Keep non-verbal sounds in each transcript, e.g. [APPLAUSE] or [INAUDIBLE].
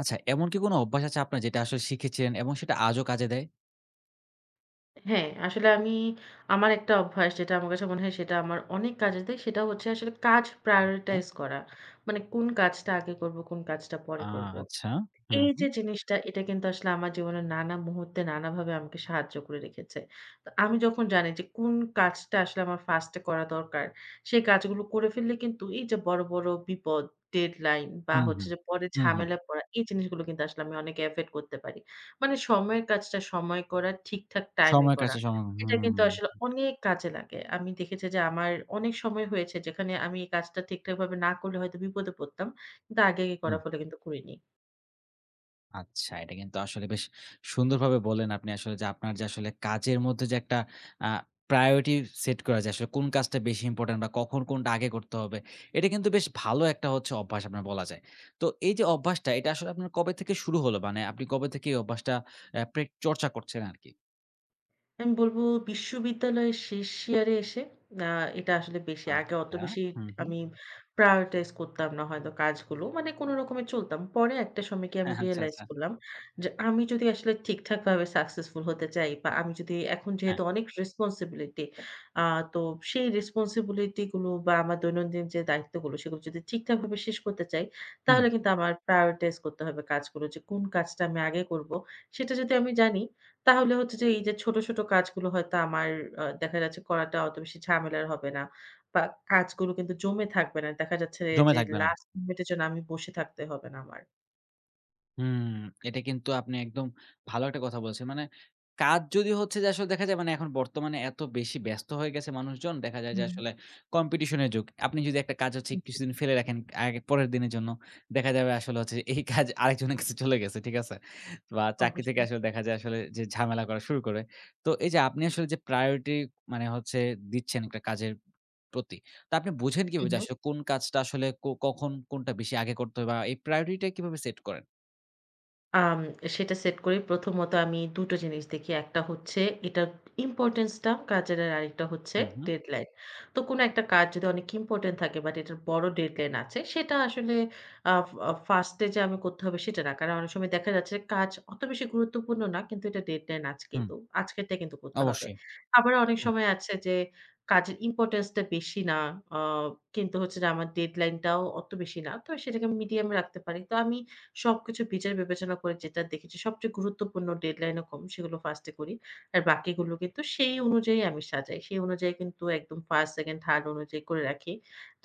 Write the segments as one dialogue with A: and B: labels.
A: আচ্ছা, এমন কি কোনো অভ্যাস আছে আপনার যেটা আসলে শিখেছিলেন এবং সেটা আজও কাজে দেয়?
B: হ্যাঁ, আসলে আমার একটা অভ্যাস যেটা আমার কাছে মনে হয় সেটা আমার অনেক কাজে দেয়, সেটা হচ্ছে আসলে কাজ prioritize করা। মানে কোন কাজটা আগে করব, কোন কাজটা পরে
A: আ
B: করব।
A: আচ্ছা। হুম,
B: এই যে
A: হুম।
B: জিনিসটা, এটা কিন্তু আসলে আমার জীবনের নানা মুহূর্তে নানাভাবে আমাকে সাহায্য করে রেখেছে। তো আমি যখন জানি যে কোন কাজটা আসলে আমার ফার্স্ট এ করা দরকার, সেই কাজগুলো করে ফেললে কিন্তু এই যে বড়, বড় বিপদ, ডেডলাইন বা
A: হুম,
B: হচ্ছে
A: হুম।
B: যে পরে
A: হুম, হুম।
B: ঝামেলায় পড়া, এই জিনিসগুলো কিন্তু আসলে আমি অনেক এভয়েড করতে পারি। মানে সময়ের কাজটা সময়ে করা, ঠিকঠাক টাইম এ
A: সময়ের
B: করা।
A: কাছে সময়,
B: এটা
A: হুম,
B: কিন্তু আসলে অনেক কাজে লাগে। আমি দেখেছি যে আমার অনেক সময় হয়েছে যেখানে আমি এই কাজটা ঠিকঠাকভাবে না করলে হয়তো বিপদে পড়তাম। কিন্তু আগে, আগে
A: হুম।
B: করার ফলে কিন্তু করিনি।
A: আচ্ছা, এটা কিন্তু আসলে বেশ সুন্দরভাবে বললেন আপনি, আসলে যে আপনার যে আসলে কাজের মধ্যে যে একটা আ প্রায়োরিটি সেট করা, যে আসলে কোন কাজটা বেশি ইম্পোর্টেন্ট বা কখন কোনটা আগে করতে হবে। এটা কিন্তু বেশ ভালো একটা হচ্ছে অভ্যাস, আপনার বলা যায়। তো এই যে অভ্যাসটা, এটা আসলে আপনার কবে থেকে শুরু হলো? মানে আপনি কবে থেকে এই অভ্যাসটা আ প্রে চর্চা করছেন আরকি?
B: আমি বলব বিশ্ববিদ্যালয়ের শেষ ইয়ারে এসে আ এটা আসলে বেশি। আগে অত
A: আচ্ছা।
B: বেশি
A: হুম, হুম।
B: আমি prioritize করতাম না হয়তো কাজগুলো। মানে কোন রকমে চলতাম। পরে একটা সময় গিয়ে আমি
A: হ্যাঁ, হ্যাঁ, আচ্ছা,
B: realize
A: আচ্ছা।
B: করলাম যে আমি যদি আসলে ঠিকঠাকভাবে successful হতে চাই বা আমি যদি এখন
A: হ্যাঁ,
B: যেহেতু অনেক responsibility আ তো সেই responsibility গুলো বা আমার দৈনন্দিন যে দায়িত্বগুলো সেগুলো যদি ঠিকঠাকভাবে শেষ করতে চাই
A: হুম,
B: তাহলে কিন্তু আমার prioritize করতে হবে কাজগুলো যে কোন কাজটা আমি আগে করব। সেটা যদি আমি জানি তাহলে হচ্ছে যে এই যে ছোট, ছোট কাজগুলো হয়তো আমার দেখা যাচ্ছে করাটা অত বেশি ঝামেলার হবে না। বা কাজগুলো কিন্তু জমে থাকবে না। দেখা যাচ্ছে
A: জমে
B: যে
A: থাকবে না।
B: লাস্ট মিনিট এর জন্য আমি বসে থাকতে হবে না আমার।
A: হুম, এটা কিন্তু আপনি একদম ভালো একটা কথা বলছেন। মানে কাজ যদি হচ্ছে যে আসলে দেখা যায়, মানে এখন বর্তমানে এত বেশি ব্যস্ত হয়ে গেছে মানুষজন, দেখা যায় যে
B: হুম,
A: আসলে কম্পিটিশন এর যুগ। আপনি যদি একটা কাজ হচ্ছে
B: জি,
A: কিছুদিন ফেলে রাখেন আগে পরের দিনের জন্য, দেখা যাবে আসলে হচ্ছে এই কাজ আরেকজনের কাছে চলে গেছে। ঠিক আছে? বা চাকরি থেকে
B: অবশ্যই।
A: আসলে দেখা যায় আসলে যে ঝামেলা করা শুরু করে। তো এই যে আপনি আসলে যে প্রায়োরিটি, মানে হচ্ছে দিচ্ছেন একটা কাজের প্রতি। তো আপনি বুঝেন কিভাবে
B: হুম,
A: যে
B: হুম।
A: আসলে কোন কাজটা আসলে কখন কোনটা বেশি আগে করতে হবে, বা এই প্রায়োরিটি টা কিভাবে সেট করেন?
B: আম সেটা সেট করি প্রথমত আমি ২ টো জিনিস দেখি। একটা হচ্ছে এটার ইম্পোর্টেন্সটা কাজের, আর আরেকটা হচ্ছে
A: হুম, হুম,
B: ডেডলাইন। তো কোনো একটা কাজ যদি অনেক ইম্পোর্টেন্ট থাকে বাট এটার বড় ডেডলাইন আছে, সেটা আসলে আ আ ফার্স্ট এ যে আমি করতে হবে সেটা না। কারণ অনেক সময় দেখা যাচ্ছে কাজ অত বেশি গুরুত্বপূর্ণ না, কিন্তু এটা ডেডলাইন আজকে
A: হুম।
B: তো আজকেরটা কিন্তু করতে হবে।
A: অবশ্যই।
B: আবার অনেক
A: হুম,
B: সময় আছে যে কাজের ইম্পোর্টেন্স টা বেশি না, আ কিন্তু হচ্ছে যে আমার ডেডলাইন টাও অত বেশি না। তো সেটাকে মিডিয়াম রাখতে পারি। তো আমি সবকিছু বিচার বিবেচনা করে যেটা দেখেছি সবচেয়ে গুরুত্বপূর্ণ ডেডলাইন ও কম সেগুলো ফার্স্ট এ করি। আর বাকিগুলো কিন্তু সেই অনুযায়ী আমি সাজাই। সেই অনুযায়ী কিন্তু একদম ফার্স্ট, সেকেন্ড, থার্ড অনুযায়ী করে রাখি।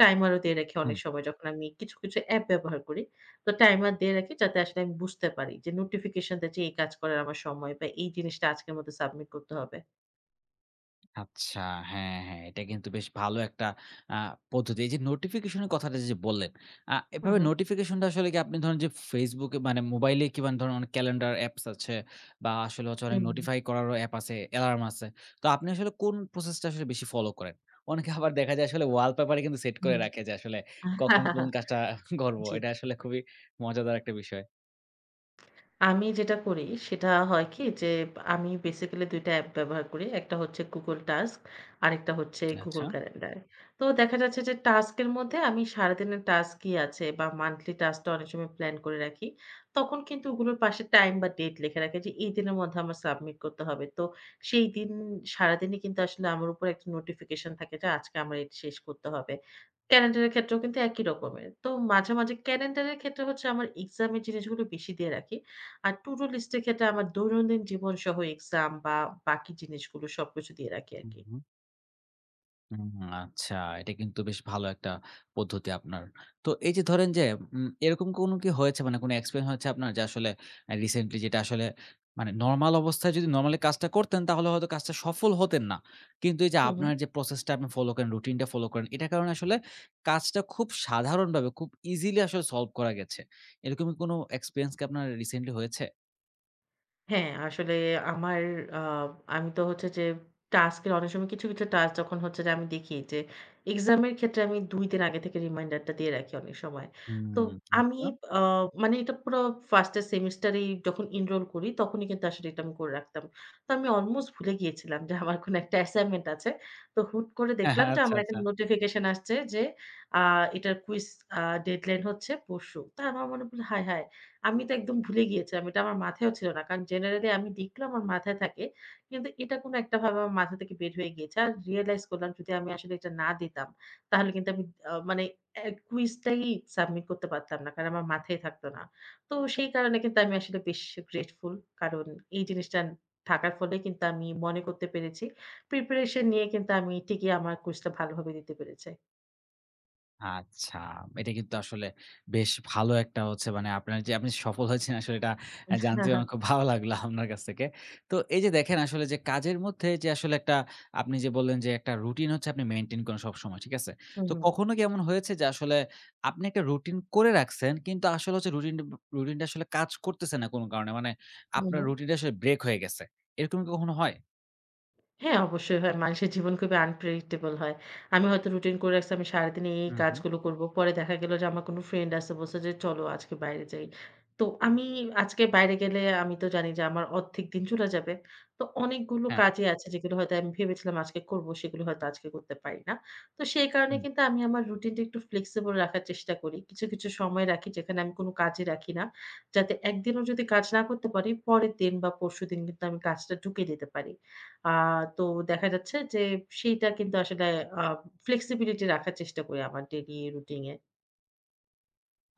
B: টাইমারও দিয়ে রাখি
A: হুম।
B: অনেক সময় যখন আমি কিছু, কিছু অ্যাপ ব্যবহার করি। তো টাইমার দিয়ে রাখি যাতে আসলে আমি বুঝতে পারি যে নোটিফিকেশন টা যে এই কাজ করার আমার সময় বা এই জিনিসটা আজকের মধ্যে সাবমিট করতে হবে।
A: আচ্ছা। হ্যাঁ, হ্যাঁ। এটা কিন্তু বেশ ভালো একটা আ পদ্ধতি। এই যে নোটিফিকেশন এর কথাটা যে বললেন,
B: হু,
A: এভাবে
B: হু।
A: নোটিফিকেশনটা আসলে কি আপনি ধরেন যে Facebook এ, মানে মোবাইলে, কি মানে ধরেন অনেক ক্যালেন্ডার অ্যাপস আছে বা আসলে হচ্ছে অনেক
B: হুম,
A: নোটিফাই করারও অ্যাপ আছে, অ্যালার্ম আছে। তো আপনি আসলে কোন প্রসেসটা আসলে বেশি ফলো করেন? অনেকে আবার দেখা যায় আসলে ওয়ালপেপারে কিন্তু সেট করে
B: হুম।
A: রাখে যে আসলে কখন কোন
B: [LAUGHS]
A: কাজটা করব।
B: জি।
A: এটা আসলে খুবই মজাদার একটা বিষয়।
B: আমি যেটা করি সেটা হয় কি যে আমি বেসিক্যালি ২ টা অ্যাপ ব্যবহার করি। একটা হচ্ছে Google Task আরেকটা হচ্ছে
A: আচ্ছা।
B: Google Calendar। তো দেখা যাচ্ছে যে টাস্কের মধ্যে আমি সারাদিনের টাস্ক কি আছে বা মান্থলি টাস্কটা অনেক সময় প্ল্যান করে রাখি। তখন কিন্তু ওগুলোর পাশে টাইম বা ডেট লিখে রাখি যে এই দিনের মধ্যে আমার সাবমিট করতে হবে। তো সেই দিন সারাদিনই কিন্তু আসলে আমার উপর একটা নোটিফিকেশন থাকে যে আজকে আমার এটা শেষ করতে হবে। ক্যালেন্ডারের ক্ষেত্রেও কিন্তু একই রকমের। তো মাঝে, মাঝে ক্যালেন্ডারের ক্ষেত্রে হচ্ছে আমার এক্সামের জিনিসগুলো বেশি দিয়ে রাখি। আর টু ডু লিস্ট এর ক্ষেত্রে আমার দৈনন্দিন জীবনসহ এক্সাম বা বাকি জিনিসগুলো সবকিছু দিয়ে রাখি
A: হু,
B: আরকি।
A: হু। হুম, আচ্ছা। এটা কিন্তু বেশ ভালো একটা পদ্ধতি আপনার। তো এই যে ধরেন যে, এরকম কোনো কি হয়েছে, মানে কোনো এক্সপেরিয়েন্স হয়েছে আপনার যে আসলে রিসেন্টলি যেটা আসলে, মানে নরমাল অবস্থায় যদি নরমালি কাজটা করতেন তাহলে হয়তো কাজটা সফল হতেন না। কিন্তু এই যে
B: হুম।
A: আপনার যে প্রসেসটা আপনি ফলো করেন, রুটিনটা ফলো করেন, এটার কারণে আসলে কাজটা খুব সাধারণভাবে খুব ইজিলি আসলে সলভ করা গেছে। এরকম কি কোনো এক্সপেরিয়েন্স কি আপনার রিসেন্টলি হয়েছে?
B: হ্যাঁ, আসলে আমার আ আমি তো হচ্ছে যে টাস্ক এর অনেক সময় কিছু, কিছু টাস্ক যখন হচ্ছে যে আমি দেখি যে এক্সাম এর ক্ষেত্রে আমি ২ দিন আগে থেকে রিমাইন্ডারটা দিয়ে রাখি অনেক সময়। তো
A: হুম,
B: আমি
A: আচ্ছা।
B: আ মানে এটা পুরো 1st এর সেমিস্টারেই যখন এনরোল করি তখনই কিন্তু আসলে এটা আমি করে রাখতাম। তো আমি অলমোস্ট ভুলে গিয়েছিলাম যে আমার কোনো একটা অ্যাসাইনমেন্ট আছে। তো হুট করে
A: হ্যাঁ,
B: দেখলাম
A: হ্যাঁ।
B: যে
A: আচ্ছা,
B: আমার একটা
A: আচ্ছা।
B: নোটিফিকেশন আসছে যে আ এটার কুইজ আ ডেডলাইন হচ্ছে পরশু। তো আমার মনে পড়লো হায়, হায়! আমি তো একদম ভুলে গিয়েছিলাম। এটা আমার মাথায়ও ছিল না। কারণ জেনারেলি আমি লিখলেও আমার মাথায় থাকে। কিন্তু এটা কোন একটাভাবে আমার মাথা থেকে বের হয়ে গিয়েছে। আর রিয়ালাইজ করলাম যদি আমি আসলে এটা না দিতাম, তাহলে কিন্তু আমি মানে কুইজটাই সাবমিট করতে পারতাম না। কারণ আমার মাথায় থাকতো না। তো সেই কারণে কিন্তু আমি আসলে বেশ গ্রেটফুল। কারণ এই জিনিসটা থাকার ফলে কিন্তু আমি মনে করতে পেরেছি। প্রিপারেশন নিয়ে কিন্তু আমি ঠিকই আমার কুইজটা ভালোভাবে দিতে পেরেছি।
A: আচ্ছা। এটা কিন্তু আসলে বেশ ভালো একটা হচ্ছে, মানে আপনার যে আপনি সফল হয়েছেন আসলে, এটা
B: [LAUGHS] হ্যাঁ,
A: জানতে
B: হ্যাঁ।
A: আমার খুব ভালো লাগলো আপনার কাছ থেকে। তো এই যে দেখেন আসলে যে কাজের মধ্যে যে আসলে একটা, আপনি যে বললেন যে একটা রুটিন হচ্ছে আপনি মেইনটেইন করেন সবসময়, ঠিক আছে?
B: হু,
A: তো
B: হু।
A: কখনো কি এমন হয়েছে যে আসলে আপনি একটা রুটিন করে রাখছেন কিন্তু আসলে হচ্ছে রুটিনটা আসলে কাজ করতেছে না কোনো কারণে? মানে
B: হু,
A: আপনার
B: হু।
A: রুটিনটা আসলে ব্রেক হয়ে গেছে। এরকম কি কখনো হয়?
B: হ্যাঁ, অবশ্যই হয়। মানুষের জীবন খুবই unpredictable হয়। আমি হয়তো রুটিন করে রাখছি আমি সারাদিনে এই
A: হুম, হুম।
B: কাজগুলো করব। পরে দেখা গেল যে আমার কোনো ফ্রেন্ড আছে বলছে যে, "চলো আজকে বাইরে যাই।" তো আমি আজকে বাইরে গেলে আমি তো জানি যে আমার অর্ধেক দিন চলে যাবে। তো অনেকগুলো
A: হ্যাঁ।
B: কাজই আছে যেগুলো হয়তো আমি ভেবেছিলাম আজকে করব সেগুলো হয়তো আজকে করতে পারি না। তো সেই কারণে
A: হুম।
B: কিন্তু আমি আমার রুটিনটা একটু ফ্লেক্সিবল রাখার চেষ্টা করি। কিছু, কিছু সময় রাখি যেখানে আমি কোনো কাজই রাখি না। যাতে একদিনও যদি কাজ না করতে পারি পরের দিন বা পরশুদিন কিন্তু আমি কাজটা ঢুকিয়ে দিতে পারি। আ তো দেখা যাচ্ছে যে সেইটা কিন্তু আসলে আ ফ্লেক্সিবিলিটি রাখার চেষ্টা করি আমার ডেইলি রুটিন এ।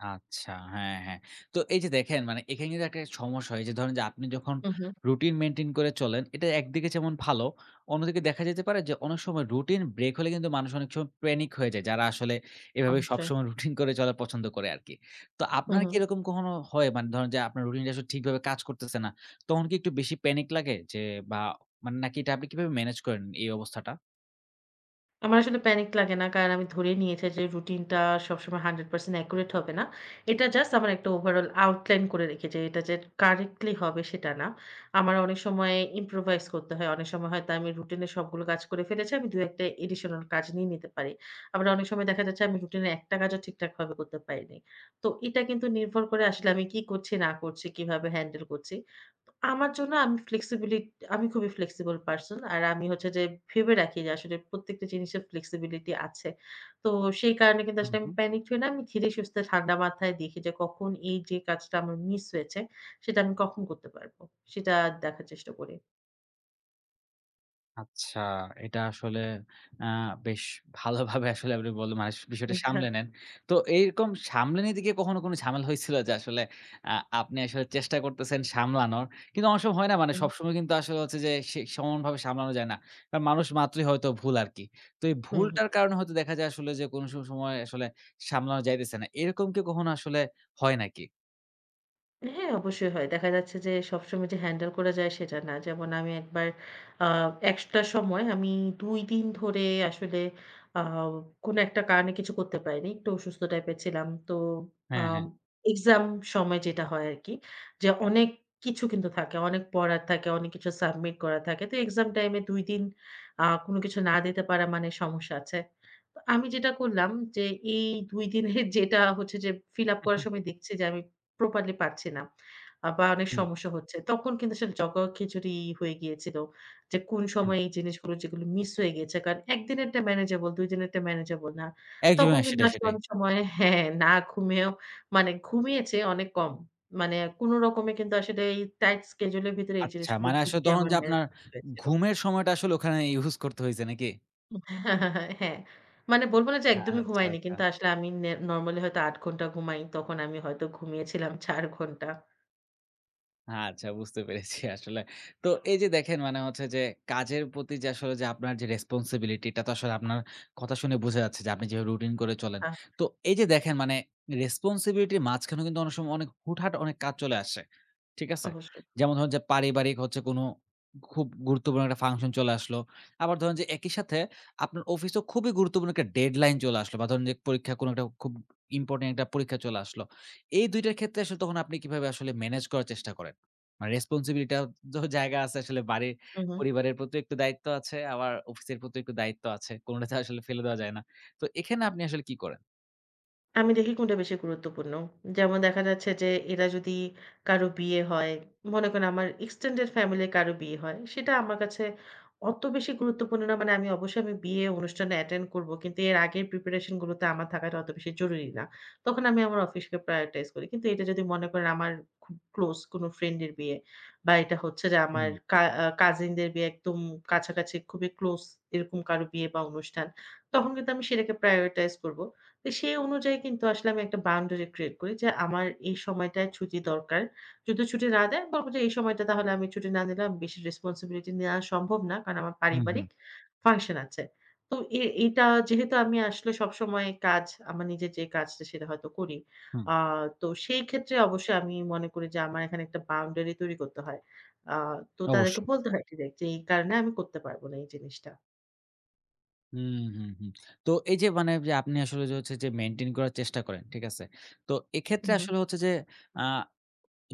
A: আচ্ছা, হ্যাঁ, হ্যাঁ। তো এই যে দেখেন মানে, এখানে কিন্তু একটা সমস্যা হয় যে ধরেন যে আপনি যখন
B: হুম, হুম।
A: রুটিন মেইনটেইন করে চলেন, এটা একদিকে যেমন ভালো, অন্যদিকে দেখা যেতে পারে যে অনেক সময় রুটিন ব্রেক হলে কিন্তু মানুষ অনেক সময় প্যানিক হয়ে যায়। যারা আসলে এভাবে
B: অবশ্যই।
A: সবসময় রুটিন করে চলা পছন্দ করে আরকি। তো
B: হু,
A: আপনার
B: হু।
A: কি এরকম কখনো হয়, মানে ধরেন যে আপনার রুটিনটা আসলে ঠিকভাবে কাজ করতেছে না, তখন কি একটু বেশি প্যানিক লাগে যে, বা মানে, নাকি এটা আপনি কিভাবে মেনেজ করেন এই অবস্থাটা?
B: আমার আসলে প্যানিক লাগে না। কারণ আমি ধরে নিয়েছি যে রুটিনটা সবসময় 100% অ্যাকুরেট হবে না। এটা জাস্ট আমার একটা ওভারঅল আউটলাইন করে রেখেছি। এটা যে কারেক্টলি হবে সেটা না। আমার অনেক সময় ইম্প্রোভাইজ করতে হয়। অনেক সময় হয়তো আমি রুটিনের সবগুলো কাজ করে ফেলেছি। আমি ২ ১ টা এডিশনাল কাজ নিয়ে নিতে পারি। আবার অনেক সময় দেখা যাচ্ছে আমি রুটিনের একটা কাজও ঠিকঠাকভাবে করতে পারিনি। তো এটা কিন্তু নির্ভর করে আসলে আমি কি করছি না করছি, কিভাবে হ্যান্ডেল করছি। আমার জন্য আমি খুবই ফ্লেক্সিবল পারসন। আর আমি হচ্ছে যে ভেবে রাখি যে আসলে প্রত্যেকটা জিনিসের ফ্লেক্সিবিলিটি আছে। তো সেই কারণে কিন্তু আসলে আমি প্যানিকড হই না। আমি ধীরে সুস্থে ঠান্ডা মাথায় দেখি যে কখন এই যে কাজটা আমার মিস হয়েছে সেটা আমি কখন করতে পারব। সেটা দেখার চেষ্টা করি।
A: আচ্ছা, এটা আসলে আ বেশ ভালোভাবে আসলে আপনি বললেন, মানে বিষয়টা সামলে
B: [LAUGHS]
A: নেন। তো এইরকম সামলে নিতে গিয়ে কখনো কোনো ঝামেলা হয়েছিল যে আসলে আ আপনি আসলে চেষ্টা করতেছেন সামলানোর। কিন্তু অনেক সময় হয় না, মানে
B: হুম।
A: সবসময় কিন্তু আসলে হচ্ছে যে সে সমানভাবে সামলানো যায় না। কারণ মানুষ মাত্রই হয়তো ভুল আরকি। তো এই
B: হুম।
A: ভুলটার কারণে হয়তো দেখা যায় আসলে যে কোনো সময় আসলে সামলানো যাইতেছে না। এরকম কি কখনো আসলে হয় নাকি?
B: হ্যাঁ, অবশ্যই হয়। দেখা যাচ্ছে যে সবসময় যে হ্যান্ডেল করা যায় সেটা না। যেমন আমি একবার আ একটা সময় আমি ২ দিন ধরে আসলে আ কোনো একটা কারণে কিছু করতে পারিনি। একটু অসুস্থ টাইপের ছিলাম। তো
A: হ্যাঁ,
B: আম
A: হ্যাঁ।
B: এক্সাম সময় যেটা হয় আরকি যে অনেক কিছু কিন্তু থাকে। অনেক পড়ার থাকে, অনেক কিছু সাবমিট করা থাকে। তো এক্সাম টাইমে ২ দিন কোনো কিছু না দিতে পারা মানে সমস্যা আছে। তো আমি যেটা করলাম যে এই ২ দিনের [LAUGHS] যেটা হচ্ছে যে fill up করার সময় দেখছি যে আমি properly পারছি না। বা অনেক
A: হুম,
B: সমস্যা হচ্ছে। তখন কিন্তু আসলে জগাখিচুড়ি হয়ে গিয়েছিল। যে কোন
A: হুম।
B: সময়ে এই জিনিসগুলো যেগুলো মিস হয়ে গিয়েছে। কারণ ১ দিনেরটা manageable, ২ দিনেরটা manageable না। তখন
A: একদমই
B: কিন্তু
A: সেটাই,
B: আসলে
A: সেটাই।
B: অনেক সময় হ্যাঁ, না ঘুমিয়েও মানে ঘুমিয়েছে অনেক কম। মানে কোন রকমে কিন্তু আসলে এই টাইট schedule এর ভিতরে এই
A: আচ্ছা,
B: জিনিসগুলো
A: মানে আসলে
B: ঢুকিয়ে
A: তখন
B: আমার
A: যে
B: ম্যানেজ
A: আপনার
B: করতে হয়েছিল।
A: ঘুমের সময়টা আসলে ওখানে ইউস করতে হয়েছে নাকি?
B: হ্যাঁ। হ্যাঁ। মানে বলব না যে একদমই
A: আচ্ছা,
B: ঘুমাইনি।
A: আচ্ছা।
B: কিন্তু আসলে আমি নরমালি হয়তো ৮ ঘন্টা ঘুমাই। তখন আমি হয়তো ঘুমিয়েছিলাম ৪ ঘন্টা।
A: আচ্ছা, বুঝতে পেরেছি আসলে। তো এই যে দেখেন মানে হচ্ছে যে কাজের প্রতি যে আসলে যে আপনার যে রেসপনসিবিলিটি, এটা তো আসলে আপনার কথা শুনে বোঝা যাচ্ছে যে আপনি যেভাবে রুটিন করে চলেন।
B: আ
A: তো এই যে দেখেন মানে, রেসপনসিবিলিটির মাঝখানেও কিন্তু অনেক সময় অনেক হুটহাট অনেক কাজ চলে আসে। ঠিক আছে?
B: অবশ্যই।
A: যেমন ধরেন যে পারিবারিক হচ্ছে কোনো খুব গুরুত্বপূর্ণ একটা ফাংশন চলে আসলো। আবার ধরেন যে একই সাথে আপনার অফিসেও খুবই গুরুত্বপূর্ণ একটা ডেডলাইন চলে আসলো, বা ধরেন যে পরীক্ষা, কোনো একটা খুব ইম্পোর্টেন্ট একটা পরীক্ষা চলে আসলো। এই ২ টার ক্ষেত্রে আসলে তখন আপনি কিভাবে আসলে মেনেজ করার চেষ্টা করেন? মানে রেসপনসিবিলিটি তো জায়গা আছে আসলে বাড়ির,
B: হু, হু।
A: পরিবারের প্রতিও একটু দায়িত্ব আছে, আবার অফিসের প্রতিও একটু দায়িত্ব আছে। কোনটাতে আসলে ফেলে দেওয়া যায় না। তো এখানে আপনি আসলে কি করেন?
B: আমি দেখি কোনটা বেশি গুরুত্বপূর্ণ। যেমন দেখা যাচ্ছে যে এরা যদি কারো বিয়ে হয়, মনে করেন আমার extended family র কারো বিয়ে হয়, সেটা আমার কাছে অত বেশি গুরুত্বপূর্ণ না। মানে আমি অবশ্যই আমি বিয়ে অনুষ্ঠানে attend করব। কিন্তু এর আগের preparation গুলোতে আমার থাকাটা অত বেশি জরুরি না। তখন আমি আমার অফিসকে prioritize করি। কিন্তু এটা যদি মনে করেন আমার খুব close কোনো ফ্রেন্ডের বিয়ে বা এটা হচ্ছে যে আমার
A: হুম,
B: কা আ কাজিনদের বিয়ে একদম কাছাকাছি খুবই close এরকম কারো বিয়ে বা অনুষ্ঠান, তখন কিন্তু আমি সেটাকে prioritize করব। তো সেই অনুযায়ী কিন্তু আসলে আমি একটা বাউন্ডারি ক্রিয়েট করি যে, আমার এই সময়টায় ছুটি দরকার। যদি ছুটি না দেয়, বলব যে এই সময়টা তাহলে আমি ছুটি না নিলে আমি বেশি রেসপনসিবিলিটি নেয়া সম্ভব না। কারণ আমার
A: হুম, হুম,
B: পারিবারিক ফাংশন আছে। তো এটা যেহেতু আমি আসলে সবসময় কাজ আমার নিজের যে কাজটা সেটা হয়তো করি।
A: হুম,
B: আ তো সেই ক্ষেত্রে অবশ্যই আমি মনে করি যে আমার এখানে একটা বাউন্ডারি তৈরি করতে হয়। আ তো তাদেরকে
A: অবশ্যই।
B: বলতে হয় ডিরেক্ট যে এই কারণে আমি করতে পারব না এই জিনিসটা।
A: হুম, হুম, হুম। তো এই যে মানে যে আপনি আসলে যে হচ্ছে যে মেইনটেইন করার চেষ্টা করেন, ঠিক আছে? তো এক্ষেত্রে
B: হুম,
A: আসলে হচ্ছে যে আ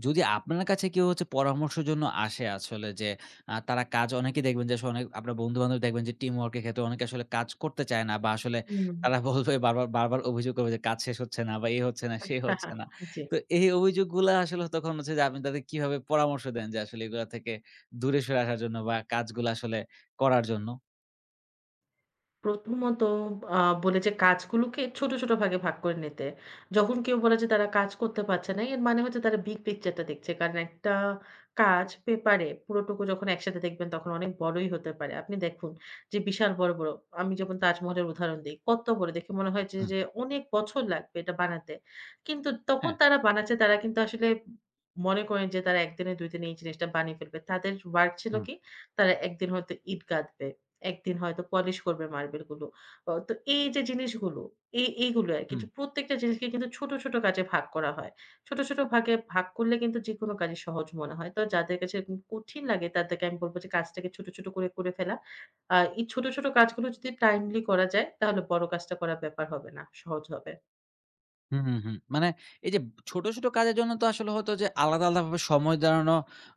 A: যদি আপনার কাছে কেউ হচ্ছে পরামর্শের জন্য আসে আসলে যে, তারা কাজ, অনেকেই দেখবেন যে আসলে অনেক আপনার বন্ধু-বান্ধব দেখবেন যে টিম ওয়ার্ক এর ক্ষেত্রে অনেকে আসলে কাজ করতে চায় না, বা আসলে
B: হুম।
A: তারা বলবে বারবার, বারবার অভিযোগ করবে যে কাজ শেষ হচ্ছে না, বা এই হচ্ছে না, সে হচ্ছে না।
B: [LAUGHS] জি।
A: তো এই অভিযোগগুলা আসলে তখন হচ্ছে যে আপনি তাদের কিভাবে পরামর্শ দেন যে আসলে এগুলা থেকে দূরে সরে আসার জন্য বা কাজগুলা আসলে করার জন্য?
B: প্রথমত আ বলে যে কাজগুলোকে ছোট, ছোট ভাগে ভাগ করে নিতে। যখন কেউ বলে যে তারা কাজ করতে পারছে না, এর মানে হচ্ছে তারা বিগ পিকচারটা দেখছে। কারণ একটা কাজ পেপারে পুরোটুকু যখন একসাথে দেখবেন তখন অনেক বড়ই হতে পারে। আপনি দেখুন যে বিশাল বড়, বড় আমি যেমন তাজমহলের উদাহরণ দেই। কত বড় দেখে মনে হয় যে,
A: হুম,
B: যে অনেক বছর লাগবে এটা বানাতে। কিন্তু তখন
A: হ্যাঁ।
B: তারা বানাচ্ছে তারা কিন্তু আসলে মনে করেন যে তারা ১ দিনে ২ দিনে এই জিনিসটা বানিয়ে ফেলবে। তাদের ওয়ার্ক ছিল
A: হুম।
B: কি? তারা ১ দিন হয়তো ইট গাঁথবে। একদিন হয়তো পলিশ করবে মার্বেল গুলো। তো এই যে জিনিসগুলো, এইগুলো আরকি যে
A: হুম।
B: প্রত্যেকটা জিনিসকে কিন্তু ছোট, ছোট কাজে ভাগ করা হয়। ছোট, ছোট ভাগে ভাগ করলে কিন্তু যেকোনো কাজই সহজ মনে হয়। তো যাদের কাছে এরকম কঠিন লাগে তাদেরকে আমি বলব যে কাজটাকে ছোট, ছোট করে, করে ফেলা। এই ছোট, ছোট কাজগুলো যদি টাইমলি করা যায় তাহলে বড় কাজটা করার ব্যাপার হবে না। সহজ হবে।
A: হুম, হুম, হুম। মানে এই যে ছোট, ছোট কাজের জন্য তো আসলে হয়তো যে আলাদা, আলাদাভাবে সময় দাঁড়ানো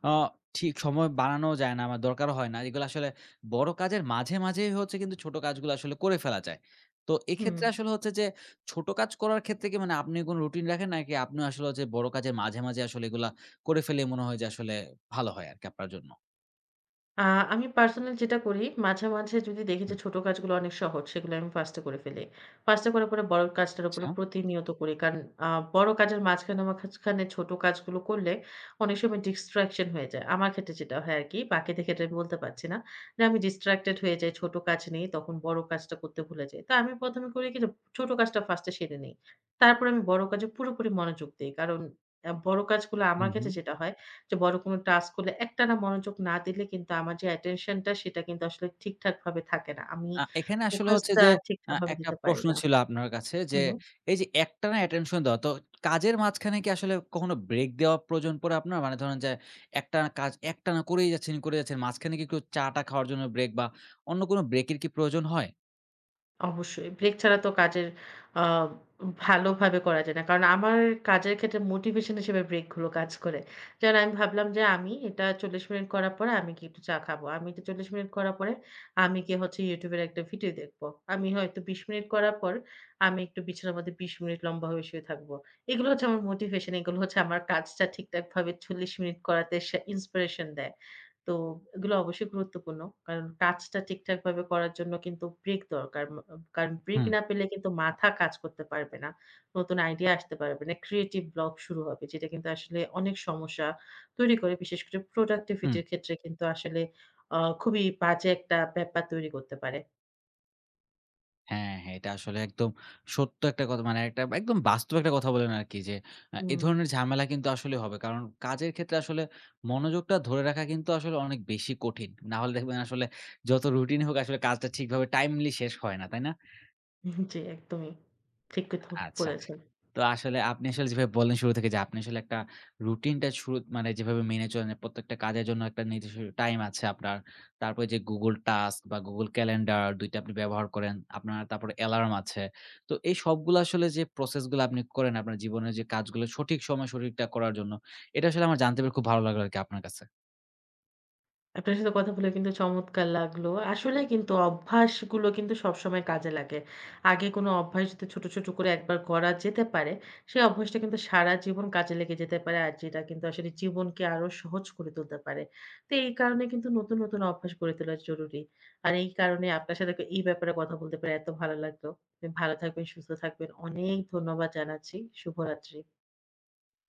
A: অ ঠিক সময় বানানো যায় না, আমার দরকার হয় না। এগুলো আসলে বড় কাজের মাঝে, মাঝেই হচ্ছে কিন্তু ছোট কাজগুলো আসলে করে ফেলা যায়। তো
B: হুম।
A: এক্ষেত্রে আসলে হচ্ছে যে ছোট কাজ করার ক্ষেত্রে কি, মানে আপনি কোন রুটিন রাখেন, নাকি আপনি আসলে হচ্ছে বড় কাজের মাঝে, মাঝে আসলে এগুলা করে ফেলে মনে হয় যে আসলে ভালো হয় আরকি আপনার জন্য?
B: আ আমি পার্সোনাল যেটা করি, মাঝে, মাঝে যদি দেখি যে
A: হুম,
B: ছোট কাজগুলো অনেক সহজ, সেগুলো আমি ফার্স্ট এ করে ফেলি। ফার্স্ট এ করার পরে বড় কাজটার উপরে
A: আচ্ছা।
B: প্রতিনিয়ত করি। কারণ আ বড় কাজের মাঝখানে, মাঝখানে ছোট কাজগুলো করলে অনেক সময় ডিস্ট্রাকশন হয়ে যায়। আমার ক্ষেত্রে যেটা হয় আরকি, বাকিদের ক্ষেত্রে আমি বলতে পারছি না। যে আমি ডিস্ট্রাক্টেড হয়ে যাই, ছোট কাজ নেই, তখন বড় কাজটা করতে ভুলে যাই। তো আমি প্রথম এ করি কি যে ছোট কাজটা ফার্স্ট এ সেরে নেই। তারপরে আমি বড় কাজে পুরোপুরি মনোযোগ দেই। কারণ বড় কাজগুলো
A: হু,
B: আমার
A: হু।
B: ক্ষেত্রে যেটা হয় যে বড় কোনো টাস্ক হলে একটানা মনোযোগ না দিলে কিন্তু আমার যে attention টা সেটা কিন্তু আসলে ঠিকঠাকভাবে থাকে না। আমি
A: এখানে আসলে হচ্ছে
B: ফোকাসটা
A: যে
B: ঠিকঠাকভাবে
A: একটা
B: দিতে পারি
A: প্রশ্ন
B: না।
A: ছিল আপনার কাছে যে,
B: হুম।
A: এই যে একটানা অ্যাটেনশন দেওয়া, তো কাজের মাঝখানে কি আসলে কখনো ব্রেক দেওয়া প্রয়োজন পড়ে আপনার? মানে ধরেন যে একটানা কাজ, একটানা করেই যাচ্ছেন, করে যাচ্ছেন। মাঝখানে কি কেউ চা-টা খাওয়ার জন্য ব্রেক, বা অন্য কোনো ব্রেকের কি প্রয়োজন হয়?
B: অবশ্যই। ব্রেক ছাড়া তো কাজের আ ভালোভাবে করা যায় না। কারণ আমার কাজের ক্ষেত্রে মোটিভেশন হিসেবে ব্রেক গুলো কাজ করে। যেমন আমি ভাবলাম যে আমি এটা ৪০ মিনিট করার পরে আমি গিয়ে একটু চা খাবো। আমি এটা ৪০ মিনিট করার পরে আমি গিয়ে হচ্ছে YouTube এর একটা ভিডিও দেখবো। আমি হয়তো ২০ মিনিট করার পর আমি একটু বিছানার মধ্যে ২০ মিনিট লম্বা হয়ে শুয়ে থাকবো। এগুলো হচ্ছে আমার মোটিভেশন। এগুলো হচ্ছে আমার কাজটা ঠিকঠাকভাবে ৪০ মিনিট করাতে সে ইন্সপিরেশন দেয়। তো এগুলো অবশ্যই গুরুত্বপূর্ণ। কারণ কাজটা ঠিকঠাকভাবে করার জন্য কিন্তু ব্রেক দরকার। কারণ ব্রেক
A: হুম,
B: না পেলে কিন্তু মাথা কাজ করতে পারবে না। নতুন আইডিয়া আসতে পারবে না। ক্রিয়েটিভ ব্লক শুরু হবে। যেটা কিন্তু আসলে অনেক সমস্যা তৈরি করে। বিশেষ করে প্রোডাক্টিভিটি
A: হুম।
B: র ক্ষেত্রে কিন্তু আসলে খুবই বাজে একটা ব্যাপার তৈরি করতে পারে।
A: হ্যাঁ, হ্যাঁ, এটা আসলে একদম সত্য একটা কথা, মানে একটা একদম বাস্তব একটা কথা বলেন আরকি যে এ
B: হুম,
A: ধরনের ঝামেলা কিন্তু আসলে হবে। কারণ কাজের ক্ষেত্রে আসলে মনোযোগটা ধরে রাখা কিন্তু আসলে অনেক বেশি কঠিন। না হলে দেখবেন আসলে যত রুটিন হোক, আসলে কাজটা ঠিকভাবে টাইমলি শেষ হয় না, তাই না?
B: জি একদমই। ঠিক কথা
A: আচ্ছা।
B: বলেছেন।
A: তো আসলে আপনি আসলে যেভাবে বললেন শুরু থেকে যে আপনি আসলে একটা রুটিনটা শুরু, মানে যেভাবে মেনে চলেন, প্রত্যেকটা কাজের জন্য একটা নির্দিষ্ট টাইম আছে আপনার। তারপরে যে Google টাস্ক বা Google ক্যালেন্ডার ২ টা আপনি ব্যবহার করেন। আপনার তারপরে অ্যালার্ম আছে। তো এই সবগুলো আসলে যে প্রসেস গুলো আপনি করেন আপনার জীবনের যে কাজগুলো সঠিক সময়ে সঠিকটা করার জন্য, এটা আসলে আমার জানতে পেরে খুব ভালো লাগলো আরকি আপনার কাছে।
B: আপনার সাথে কথা বলে কিন্তু চমৎকার লাগলো। আসলে কিন্তু অভ্যাসগুলো কিন্তু সবসময় কাজে লাগে। আগে কোনো অভ্যাস যদি ছোট, ছোট করে একবার গড়া যেতে পারে, সেই অভ্যাসটা কিন্তু সারা জীবন কাজে লেগে যেতে পারে। আর যেটা কিন্তু আসলে জীবনকে আরো সহজ করে তুলতে পারে। তো এই কারণে কিন্তু নতুন, নতুন অভ্যাস গড়ে তোলা জরুরি। আর এই কারণে আপনার সাথে এই ব্যাপারে কথা বলতে পেরে এত ভালো লাগলো। আপনি ভালো থাকবেন, সুস্থ থাকবেন। অনেক ধন্যবাদ জানাচ্ছি। শুভরাত্রি।